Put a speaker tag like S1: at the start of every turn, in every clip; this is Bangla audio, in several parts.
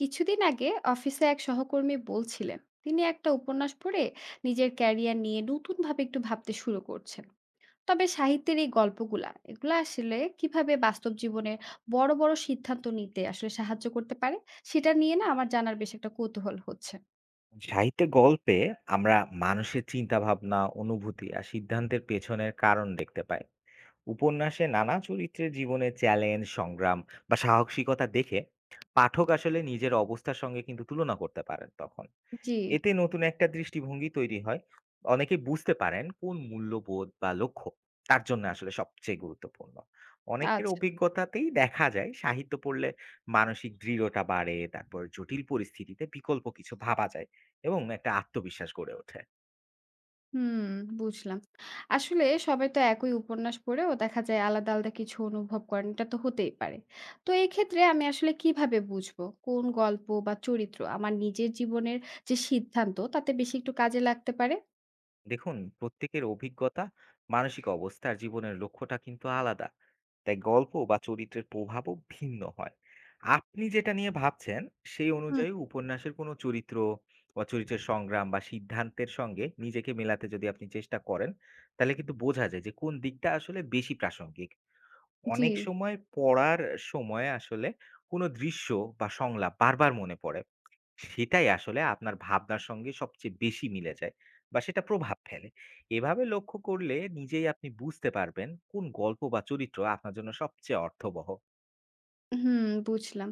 S1: কিছুদিন আগে অফিসে এক সহকর্মী বলছিলেন তিনি একটা উপন্যাস পড়ে নিজের ক্যারিয়ার নিয়ে নতুনভাবে একটু ভাবতে শুরু করছেন। তবে সাহিত্যের এই গল্পগুলা এগুলা আসলে কিভাবে বাস্তব জীবনে বড় বড় সিদ্ধান্ত নিতে আসলে সাহায্য করতে পারে সেটা নিয়ে না আমার জানার বেশ একটা কৌতূহল হচ্ছে।
S2: সাহিত্যের গল্পে আমরা মানুষের চিন্তা ভাবনা অনুভূতি আর সিদ্ধান্তের পেছনের কারণ দেখতে পাই। উপন্যাসে নানা চরিত্রের জীবনের চ্যালেঞ্জ সংগ্রাম বা সাহসিকতা দেখে পাঠক আসলে নিজের অবস্থার সঙ্গে কিন্তু তুলনা করতে পারেন তখন,
S1: জি।
S2: এতে নতুন একটা দৃষ্টিভঙ্গি তৈরি হয়। অনেকেই বুঝতে পারেন কোন মূল্যবোধ বা লক্ষ্য তার জন্য আসলে সবচেয়ে গুরুত্বপূর্ণ। অনেকের
S1: আচ্ছা।
S2: অভিজ্ঞতাতেই দেখা যায় সাহিত্য পড়লে মানসিক দৃঢ়তা বাড়ে, তারপর জটিল পরিস্থিতিতে বিকল্প কিছু ভাবা যায় এবং একটা আত্মবিশ্বাস গড়ে ওঠে।
S1: হুম, বুঝলাম। আসলে সবাই তো একই উপন্যাস পড়েও দেখা যায় আলাদা, আলাদা কিছু অনুভব করেন। এটা তো হতেই পারে। তো এই ক্ষেত্রে আমি আসলে কিভাবে বুঝবো কোন গল্প বা চরিত্র আমার নিজের জীবনের যে সিদ্ধান্ত তাতে বেশি একটু কাজে লাগতে পারে?
S2: দেখুন, প্রত্যেকের অভিজ্ঞতা, মানসিক অবস্থা আর জীবনের লক্ষ্যটা কিন্তু আলাদা, তাই গল্প বা চরিত্রের প্রভাবও ভিন্ন হয়। আপনি যেটা নিয়ে ভাবছেন, সেই
S1: হুম।
S2: অনুযায়ী উপন্যাসের কোনো চরিত্র বা চরিত্রের সংগ্রাম বা সিদ্ধান্তের সঙ্গে নিজেকে মেলাতে যদি আপনি চেষ্টা করেন, তাহলে কিন্তু বোঝা যায় যে কোন দিকটা আসলে বেশি প্রাসঙ্গিক।
S1: জি।
S2: অনেক সময় পড়ার সময় আসলে কোনো দৃশ্য বা সংলাপ বারবার মনে পড়ে, সেটাই আসলে আপনার ভাবনার সঙ্গে সবচেয়ে বেশি মিলে যায় বা সেটা প্রভাব ফেলে। এভাবে লক্ষ্য করলে নিজেই আপনি বুঝতে পারবেন কোন গল্প বা চরিত্র আপনার জন্য সবচেয়ে অর্থবহ।
S1: হুম, বুঝলাম।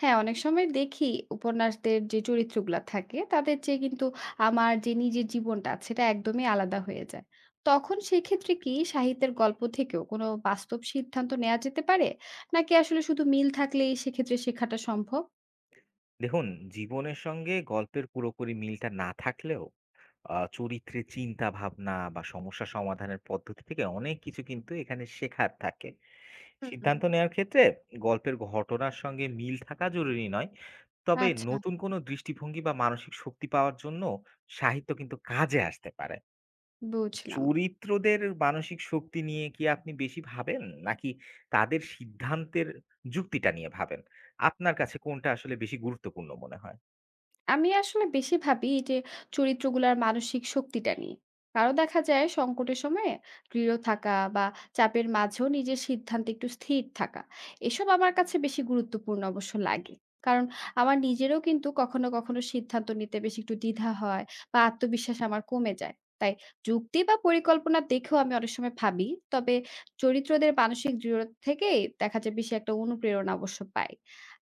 S1: হ্যাঁ, অনেক সময় দেখি উপন্যাসদের যে চরিত্রগুলা থাকে, তাদের চেয়ে কিন্তু আমার যে নিজের জীবনটা আছে সেটা একদমই আলাদা হয়ে যায়। তখন সেক্ষেত্রে কি সাহিত্যের গল্প থেকেও কোনো বাস্তব সিদ্ধান্ত নেয়া যেতে পারে? নাকি আসলে শুধু মিল থাকলেই সেক্ষেত্রে শেখাটা সম্ভব?
S2: দেখুন, জীবনের সঙ্গে গল্পের পুরোপুরি মিলটা না থাকলেও চরিত্রের চিন্তা ভাবনা বা সমস্যা সমাধানের পদ্ধতি থেকে অনেক কিছু কিন্তু এখানে শেখার থাকে।
S1: হুম।
S2: সিদ্ধান্ত নেওয়ার ক্ষেত্রে গল্পের ঘটনার সঙ্গে মিল থাকা জরুরি নয়, তবে
S1: আচ্ছা,
S2: নতুন কোনো দৃষ্টিভঙ্গি বা মানসিক শক্তি পাওয়ার জন্য সাহিত্য কিন্তু কাজে আসতে পারে।
S1: বুঝলাম।
S2: চরিত্রদের মানসিক শক্তি নিয়ে কি আপনি বেশি ভাবেন, নাকি তাদের সিদ্ধান্তের যুক্তিটা নিয়ে ভাবেন? আপনার কাছে কোনটা আসলে বেশি গুরুত্বপূর্ণ মনে হয়?
S1: আমি আসলে বেশি ভাবি এই যে চরিত্রগুলার মানসিক শক্তিটা নিয়ে। কারো দেখা যায় সংকটের সময়ে দৃঢ় থাকা বা চাপের মাঝেও নিজের সিদ্ধান্তে একটু স্থির থাকা এসব আমার কাছে বেশি গুরুত্বপূর্ণ অবশ্য লাগে। কারণ আমার নিজেরও কিন্তু কখনো কখনো সিদ্ধান্ত নিতে বেশি একটু দ্বিধা হয় বা আত্মবিশ্বাস আমার কমে যায়। তাই যুক্তি বা পরিকল্পনা দেখেও আমি অনেক সময় ভাবি। তবে চরিত্রদের মানসিক দৃঢ় থেকে দেখা যায় বেশি একটা অনুপ্রেরণা অবশ্য পাই।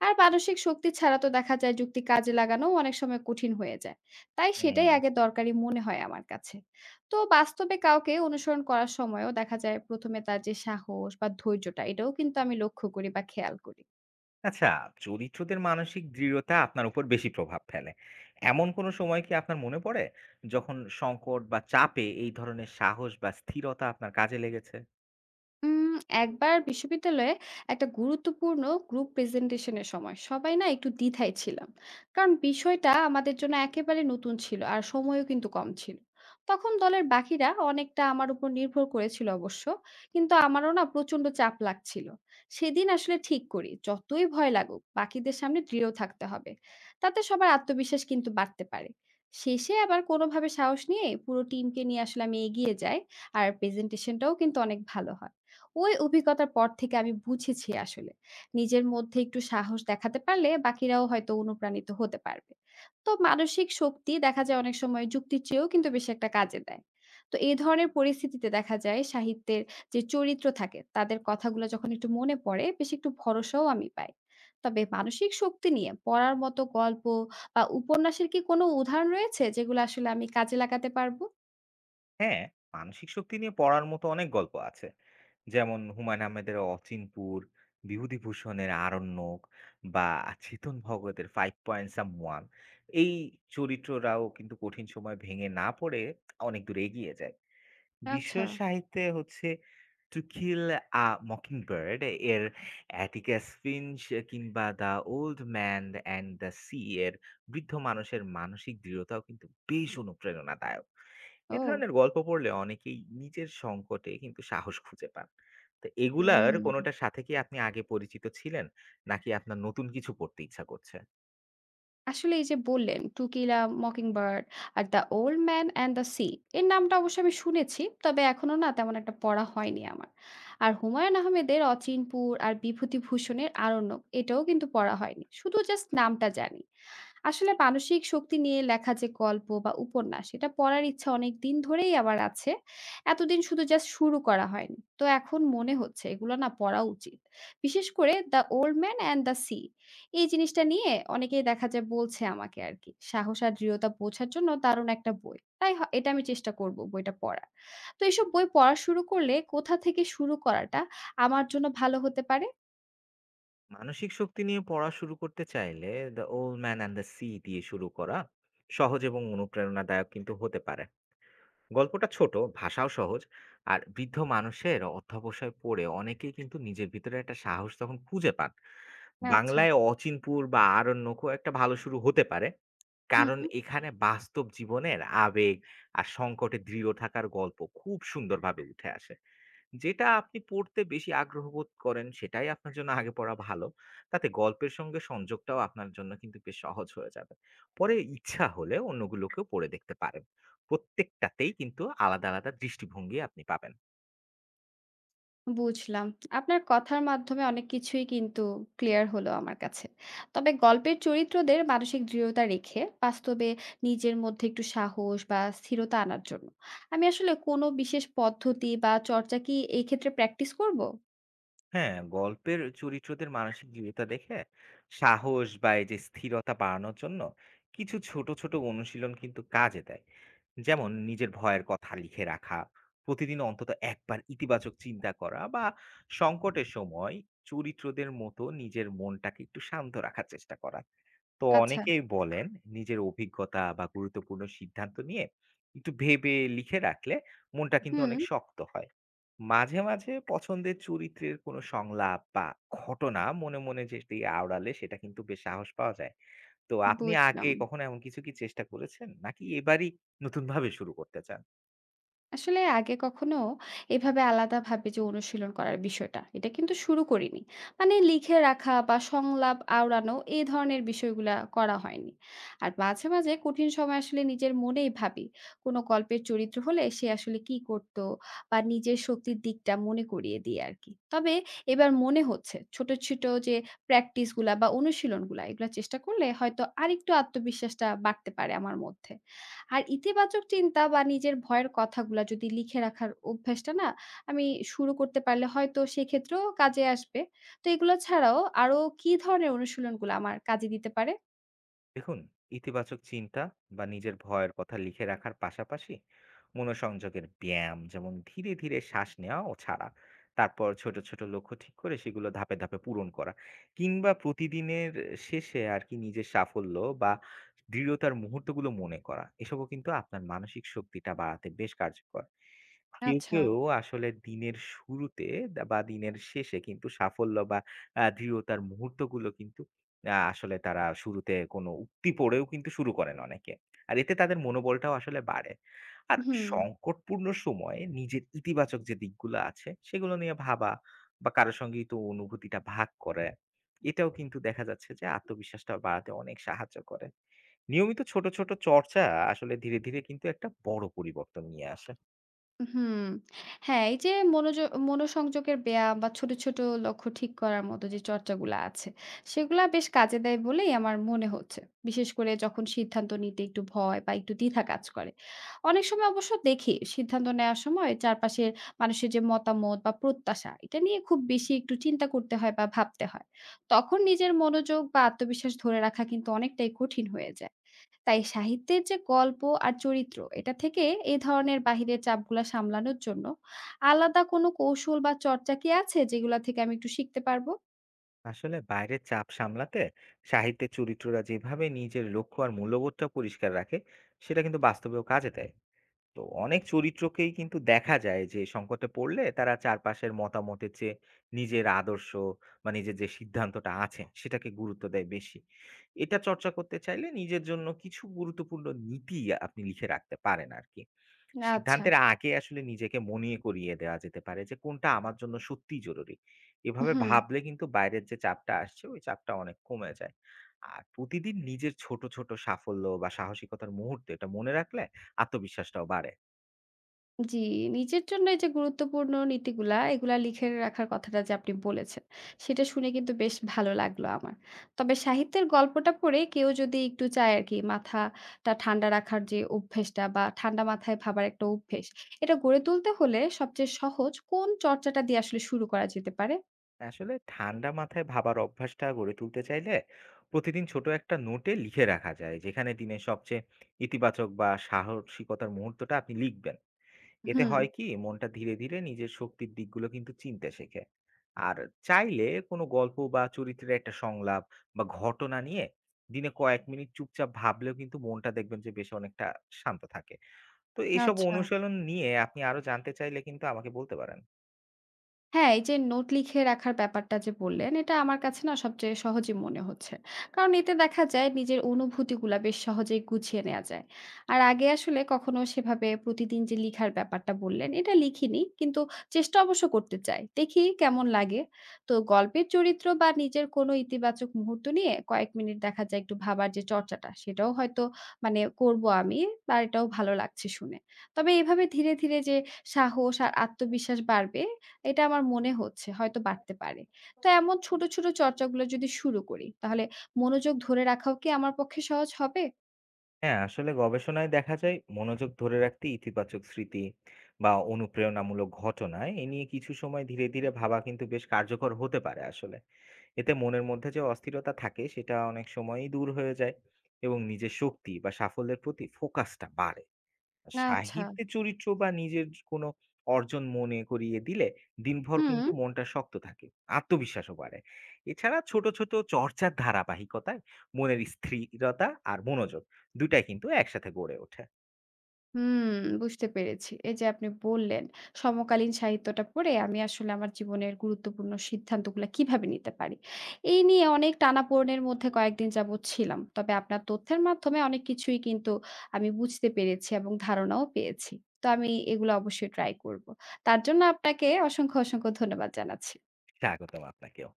S1: আর মানসিক শক্তি ছাড়া তো দেখা যায় যুক্তি কাজে লাগানোও অনেক সময় কঠিন হয়ে যায়। তাই
S2: হুম।
S1: সেটাই আগে দরকারি মনে হয় আমার কাছে। তো বাস্তবে কাউকে অনুসরণ করার সময়ও দেখা যায় ১ম এ তার যে সাহস বা ধৈর্যটা এটাও কিন্তু আমি লক্ষ্য করি বা খেয়াল করি।
S2: আচ্ছা, চরিত্রদের মানসিক দৃঢ়তা আপনার উপর বেশি প্রভাব ফেলে। এমন কোনো সময় কি আপনার মনে পড়ে, যখন সংকট বা চাপে এই ধরনের সাহস বা স্থিরতা আপনার কাজে লেগেছে?
S1: উম একবার বিশ্ববিদ্যালয়ে একটা গুরুত্বপূর্ণ গ্রুপ প্রেজেন্টেশনের সময় সবাই না একটু দ্বিধায় ছিলাম। কারণ বিষয়টা আমাদের জন্য একেবারে নতুন ছিল আর সময়ও কিন্তু কম ছিল। তখন দলের বাকিরা অনেকটা আমার উপর নির্ভর করেছিল অবশ্য, কিন্তু আমারও না প্রচন্ড চাপ লাগছিল। সেদিন আসলে ঠিক করি যতই ভয় লাগুক বাকিদের সামনে দৃঢ় থাকতে হবে, তাতে সবার আত্মবিশ্বাস কিন্তু বাড়তে পারে। শেষে আবার কোনোভাবে সাহস নিয়ে পুরো টিমকে নিয়ে আসলে আমি এগিয়ে যাই আর প্রেজেন্টেশনটাও কিন্তু অনেক ভালো হয়। ওই অভিজ্ঞতার পর থেকে আমি বুঝেছি আসলে, নিজের মধ্যে একটু সাহস দেখাতে পারলে বাকিরাও হয়তো অনুপ্রাণিত হতে পারবে। তো মানসিক শক্তি দেখা যায় অনেক সময় যুক্তির চেয়েও কিন্তু বেশি একটা কাজে দেয়। তো এই ধরনের পরিস্থিতিতে দেখা যায় সাহিত্যের যে চরিত্র থাকে তাদের কথাগুলো যখন একটু মনে পড়ে বেশ একটু ভরসাও আমি পাই। তবে মানসিক শক্তি নিয়ে পড়ার মতো গল্প বা উপন্যাসের কি কোনো উদাহরণ রয়েছে যেগুলো আসলে আমি কাজে লাগাতে পারবো?
S2: হ্যাঁ, মানসিক শক্তি নিয়ে পড়ার মতো অনেক গল্প আছে। যেমন হুমায়ূন আহমেদের অচিনপুর, বিভূতিভূষণের আরণ্যক বা চেতন ভগতের Five Point Someone। এই চরিত্ররাও কিন্তু কঠিন সময় ভেঙে না পড়ে অনেক দূর এগিয়ে যায়। বিশ্ব
S1: আচ্ছা,
S2: সাহিত্যে হচ্ছে To Kill a Mockingbird এর অ্যাটিকাস ফিঞ্চ, কিংবা the old man and the sea এর বৃদ্ধ মানুষের মানসিক দৃঢ়তাও কিন্তু বেশ অনুপ্রেরণাদায়ক। এ
S1: ও!
S2: ধরনের গল্প পড়লে অনেকেই নিজের সংকটে কিন্তু সাহস খুঁজে পান। তো এগুলার
S1: হুম।
S2: কোনোটার সাথে কি আপনি আগে পরিচিত ছিলেন, নাকি আপনার নতুন কিছু পড়তে ইচ্ছা করছে?
S1: আসলে এই যে বললেন টু কিল আ মকিংবার্ড আর the old man and the sea, এর নামটা অবশ্য আমি শুনেছি তবে এখনো না তেমন একটা পড়া হয়নি আমার। আর হুমায়ুন আহমেদের অচিনপুর আর বিভূতিভূষণের আরণ্যক, এটাও কিন্তু পড়া হয়নি, শুধু জাস্ট নামটা জানি। আসলে মানসিক শক্তি নিয়ে লেখা যে গল্প বা উপন্যাস এটা পড়ার ইচ্ছা অনেক দিন ধরেই আবার আছে। এতদিন শুধু জাস্ট শুরু করা হয়নি, তো এখন মনে হচ্ছে এগুলো না পড়া উচিত। বিশেষ করে the old man and the sea, এই জিনিসটা নিয়ে অনেকেই দেখা যায় বলছে আমাকে আরকি। সাহস আর দৃঢ়তা বোঝার জন্য দারুণ একটা বই। তাই এটা আমি চেষ্টা করব বইটা পড়ার। তো এসব বই পড়া শুরু করলে কোথা থেকে শুরু করাটা আমার জন্য ভালো হতে পারে?
S2: মানসিক শক্তি নিয়ে পড়া শুরু করতে চাইলে the old man and the sea দিয়ে শুরু করা সহজ এবং অনুপ্রেরণাদায়ক কিন্তু হতে পারে। গল্পটা ছোট, ভাষাও সহজ, আর বৃদ্ধ মানুষের অধ্যবসায় পড়ে অনেকেই কিন্তু নিজের ভিতরে একটা সাহস তখন খুঁজে পান।
S1: আচ্ছা।
S2: বাংলায় অচিনপুর বা আরণ্যকও একটা ভালো শুরু হতে পারে,
S1: হুম,
S2: কারণ এখানে বাস্তব জীবনের আবেগ আর সংকটে দৃঢ় থাকার গল্প খুব সুন্দরভাবে উঠে আসে। যেটা আপনি পড়তে বেশি আগ্রহ বোধ করেন সেটাই আপনার জন্য আগে পড়া ভালো। তাতে গল্পের সঙ্গে সংযোগটাও আপনার জন্য কিন্তু বেশ সহজ হয়ে যাবে। পরে ইচ্ছা হলে অন্যগুলোকেও পড়ে দেখতে পারেন। প্রত্যেকটাতেই কিন্তু আলাদা, আলাদা দৃষ্টিভঙ্গি আপনি পাবেন।
S1: বুঝলাম। আপনার কথার মাধ্যমে অনেক কিছুই কিন্তু ক্লিয়ার হলো আমার কাছে। তবে গল্পের চরিত্রদের মানসিক দৃঢ়তা রেখে বাস্তবে নিজের মধ্যে একটু সাহস বা স্থিরতা আনার জন্য আমি আসলে কোনো বিশেষ পদ্ধতি বা চর্চা কি এই ক্ষেত্রে প্র্যাকটিস করব?
S2: হ্যাঁ, গল্পের চরিত্রদের মানসিক দৃঢ়তা দেখে সাহস বা এই যে স্থিরতা বাড়ানোর জন্য কিছু ছোট ছোট অনুশীলন কিন্তু কাজে দেয়। যেমন নিজের ভয়ের কথা লিখে রাখা, প্রতিদিন অন্তত একবার ইতিবাচক চিন্তা করা, বা সংকটের সময় চরিত্রদের মতো নিজের মনটাকে একটু শান্ত রাখার চেষ্টা করা। তো
S1: আচ্ছা,
S2: অনেকেই বলেন নিজের অভিজ্ঞতা বা গুরুত্বপূর্ণ সিদ্ধান্ত নিয়ে একটু ভেবে লিখে রাখলে মনটা কিন্তু অনেক
S1: হুম,
S2: শক্ত হয়। মাঝে, মাঝে পছন্দের চরিত্রের কোনো সংলাপ বা ঘটনা মনে, মনে যেটি আওড়ালে সেটা কিন্তু বেশ সাহস পাওয়া যায়। তো আপনি আগে
S1: বুঝলাম।
S2: কখনো এমন কিছু কি চেষ্টা করেছেন? নাকি এবারই নতুনভাবে শুরু করতে চান?
S1: আসলে আগে কখনো এভাবে আলাদাভাবে যে অনুশীলন করার বিষয়টা, এটা কিন্তু শুরু করিনি। মানে লিখে রাখা বা সংলাপ আওড়ানো এই ধরনের বিষয়গুলা করা হয়নি। আর মাঝে, মাঝে কঠিন সময় আসলে নিজের মনেই ভাবি, কোনো গল্পের চরিত্র হলে সে আসলে কি করত বা নিজের শক্তির দিকটা মনে করিয়ে দিই আরকি। তবে এবার মনে হচ্ছে ছোট, ছোট যে প্র্যাকটিসগুলা বা অনুশীলনগুলা এগুলা চেষ্টা করলে হয়তো আরেকটু আত্মবিশ্বাসটা বাড়তে পারে আমার মধ্যে। আর ইতিবাচক চিন্তা বা নিজের ভয়ের কথাগুলা যদি লিখে রাখার অভ্যাসটা না আমি শুরু করতে পারলে হয়তো সেক্ষেত্রেও কাজে আসবে। তো এগুলো ছাড়াও আরো কি ধরনের অনুশীলনগুলো আমার কাজে দিতে পারে?
S2: দেখুন, ইতিবাচক চিন্তা বা নিজের ভয়ের কথা লিখে রাখার পাশাপাশি মনোসংযোগের ব্যায়াম, যেমন ধীরে ধীরে শ্বাস নেওয়া ও ছাড়া, তারপর ছোট ছোট লক্ষ্য ঠিক করে সেগুলো ধাপে ধাপে পূরণ করা, কিংবা প্রতিদিনের শেষে আর কি নিজের সাফল্য বা দৃঢ়তার মুহূর্তগুলো মনে করা, এসবও কিন্তু আপনার মানসিক শক্তিটা বাড়াতে বেশ কার্যকর। কেউ,
S1: আচ্ছা।
S2: কেউ আসলে দিনের শুরুতে বা দিনের শেষে কিন্তু সাফল্য বা দৃঢ়তার মুহূর্তগুলো কিন্তু আসলে তারা শুরুতে কোনো উক্তি পড়েও কিন্তু শুরু করেন অনেকে। আর এতে তাদের মনোবলটাও আসলে বাড়ে। আর
S1: হুম।
S2: সংকটপূর্ণ সময়ে নিজের ইতিবাচক যে দিকগুলো আছে, সেগুলো নিয়ে ভাবা বা কারো সঙ্গেই তো অনুভূতিটা ভাগ করে, এটাও কিন্তু দেখা যাচ্ছে যে আত্মবিশ্বাসটা বাড়াতে অনেক সাহায্য করে। নিয়মিত ছোট, ছোট চর্চা আসলে ধীরে, ধীরে কিন্তু একটা বড় পরিবর্তন নিয়ে আসে।
S1: হুম। হ্যাঁ, এই যে মনোযোগ মনোসংযোগের ব্যায়াম বা ছোট, ছোট লক্ষ্য ঠিক করার মতো যে চর্চাগুলা আছে, সেগুলা বেশ কাজে দেয় বলেই আমার মনে হচ্ছে। বিশেষ করে যখন সিদ্ধান্ত নিতে একটু ভয় বা একটু দ্বিধা কাজ করে। অনেক সময় অবশ্য দেখি সিদ্ধান্ত নেওয়ার সময় চারপাশের মানুষের যে মতামত বা প্রত্যাশা, এটা নিয়ে খুব বেশি একটু চিন্তা করতে হয় বা ভাবতে হয়। তখন নিজের মনোযোগ বা আত্মবিশ্বাস ধরে রাখা কিন্তু অনেকটাই কঠিন হয়ে যায়। তাই সাহিত্যের যে গল্প আর চরিত্র এটা থেকে এ ধরনের বাহিরের চাপগুলা সামলানোর জন্য আলাদা কোনো কৌশল বা চর্চা কি আছে যেগুলা থেকে আমি একটু শিখতে পারবো?
S2: আসলে বাইরের চাপ সামলাতে সাহিত্যের চরিত্ররা যেভাবে নিজের লক্ষ্য আর মূল্যবোধটা পরিষ্কার রাখে, সেটা কিন্তু বাস্তবেও কাজে দেয়। তো অনেক চরিত্রকেই কিন্তু দেখা যায় যে সংকটে পড়লে তারা চারপাশের মতামতের চেয়ে নিজের আদর্শ বা নিজের যে সিদ্ধান্তটা আছে সেটাকে গুরুত্ব দেয় বেশি। এটা চর্চা করতে চাইলে নিজের জন্য কিছু গুরুত্বপূর্ণ নীতি আপনি লিখে রাখতে পারেন আর কি।
S1: আচ্ছা,
S2: সিদ্ধান্তের আগে আসলে নিজেকে মনে করিয়ে দেওয়া যেতে পারে যে কোনটা আমার জন্য সত্যিই জরুরি। এভাবে
S1: হুম।
S2: ভাবলে কিন্তু বাইরের যে চাপটা আসছে ওই চাপটা অনেক কমে যায়। আর প্রতিদিন নিজের ছোট, ছোট সাফল্য বা সাহসিকতার মুহূর্ত এটা মনে রাখলে আত্মবিশ্বাসটাও বাড়ে।
S1: জি, নিজের জন্য এই যে গুরুত্বপূর্ণ নীতিগুলা, এগুলা লিখে রাখার কথাটা যে আপনি বলেছেন, সেটা শুনে কিন্তু বেশ ভালো লাগলো আমার। তবে সাহিত্যের গল্পটা পড়ে কেউ যদি একটু চায় আরকি মাথাটা ঠান্ডা রাখার যে অভ্যেসটা বা ঠান্ডা মাথায় ভাবার একটা অভ্যেস, এটা গড়ে তুলতে হলে সবচেয়ে সহজ কোন চর্চাটা দিয়ে আসলে শুরু করা যেতে পারে?
S2: আসলে ঠান্ডা মাথায় ভাবার অভ্যাসটা গড়ে তুলতে চাইলে প্রতিদিন ছোট একটা নোটে লিখে রাখা যায়, যেখানে দিনের সবচেয়ে ইতিবাচক বা সাহসিকতার মুহূর্তটা আপনি লিখবেন। এতে
S1: হুম,
S2: হয় কি মনটা ধীরে ধীরে নিজের শক্তির দিকগুলো কিন্তু চিনতে শেখে। আর চাইলে কোনো গল্প বা চরিত্রের একটা সংলাপ বা ঘটনা নিয়ে দিনে কয়েক মিনিট চুপচাপ ভাবলেও কিন্তু মনটা দেখবেন যে বেশ অনেকটা শান্ত থাকে। তো এইসব
S1: আচ্ছা।
S2: অনুশীলন নিয়ে আপনি আরো জানতে চাইলে কিন্তু আমাকে বলতে পারেন।
S1: হ্যাঁ, এই যে নোট লিখে রাখার ব্যাপারটা যে বললেন, এটা আমার কাছে না সবচেয়ে সহজই মনে হচ্ছে। কারণ এতে দেখা যায় নিজের অনুভূতিগুলা বেশ সহজেই গুছিয়ে নেয়া যায়। আর আগে আসলে কখনো সেভাবে প্রতিদিন যে লিখার ব্যাপারটা বললেন, এটা লিখিনি। কিন্তু চেষ্টা অবশ্য করতে চাই। দেখি কেমন লাগে। তো গল্পের চরিত্র বা নিজের কোনো ইতিবাচক মুহূর্ত নিয়ে কয়েক মিনিট দেখা যায় একটু ভাবার যে চর্চাটা, সেটাও হয়তো মানে করব আমি। আর এটাও ভালো লাগছে শুনে। তবে এভাবে ধীরে, ধীরে যে সাহস আর আত্মবিশ্বাস বাড়বে এটা আমার মনে হচ্ছে হয়তো বাড়তে পারে। তো এমন ছোট, ছোট চর্চাগুলো যদি শুরু করি তাহলে মনোযোগ ধরে রাখাও কি আমার পক্ষে সহজ হবে?
S2: হ্যাঁ, আসলে গবেষণায় দেখা যায় মনোযোগ ধরে রাখতে ইতিবাচক স্মৃতি বা অনুপ্রেরণামূলক ঘটনা এ নিয়ে কিছু সময় ধীরে ধীরে ভাবা কিন্তু বেশ কার্যকর হতে পারে আসলে। এতে মনের মধ্যে যে অস্থিরতা থাকে সেটা অনেক সময়ই দূর হয়ে যায় এবং নিজের শক্তি বা সাফল্যের প্রতি ফোকাসটা বাড়ে। আর
S1: আচ্ছা।
S2: সাহিত্যে চরিত্র বা নিজের কোনো অর্জন মনে করিয়ে দিলে দিনভর কিন্তু
S1: হুম।
S2: মনটা শক্ত থাকে, আত্মবিশ্বাসও বাড়ে। এছাড়া ছোট, ছোট চর্চার ধারাবাহিকতায় মনের স্থিরতা আর মনোযোগ দুটাই টাই কিন্তু একসাথে গড়ে ওঠে।
S1: হুম, বুঝতে পেরেছি। এই যে আপনি বললেন, সমকালীন সাহিত্যটা পড়ে আমি আসলে আমার জীবনের গুরুত্বপূর্ণ সিদ্ধান্তগুলা কিভাবে নিতে পারি। এই নিয়ে অনেক টানাপোড়েনের মধ্যে কয়েকদিন যাবৎ ছিলাম। তবে আপনার তথ্যের মাধ্যমে অনেক কিছুই কিন্তু আমি বুঝতে পেরেছি এবং ধারণাও পেয়েছি। তো আমি এগুলো অবশ্যই ট্রাই করব। তার জন্য আপনাকে অসংখ্য, অসংখ্য ধন্যবাদ জানাচ্ছি।
S2: স্বাগতম আপনাকেও।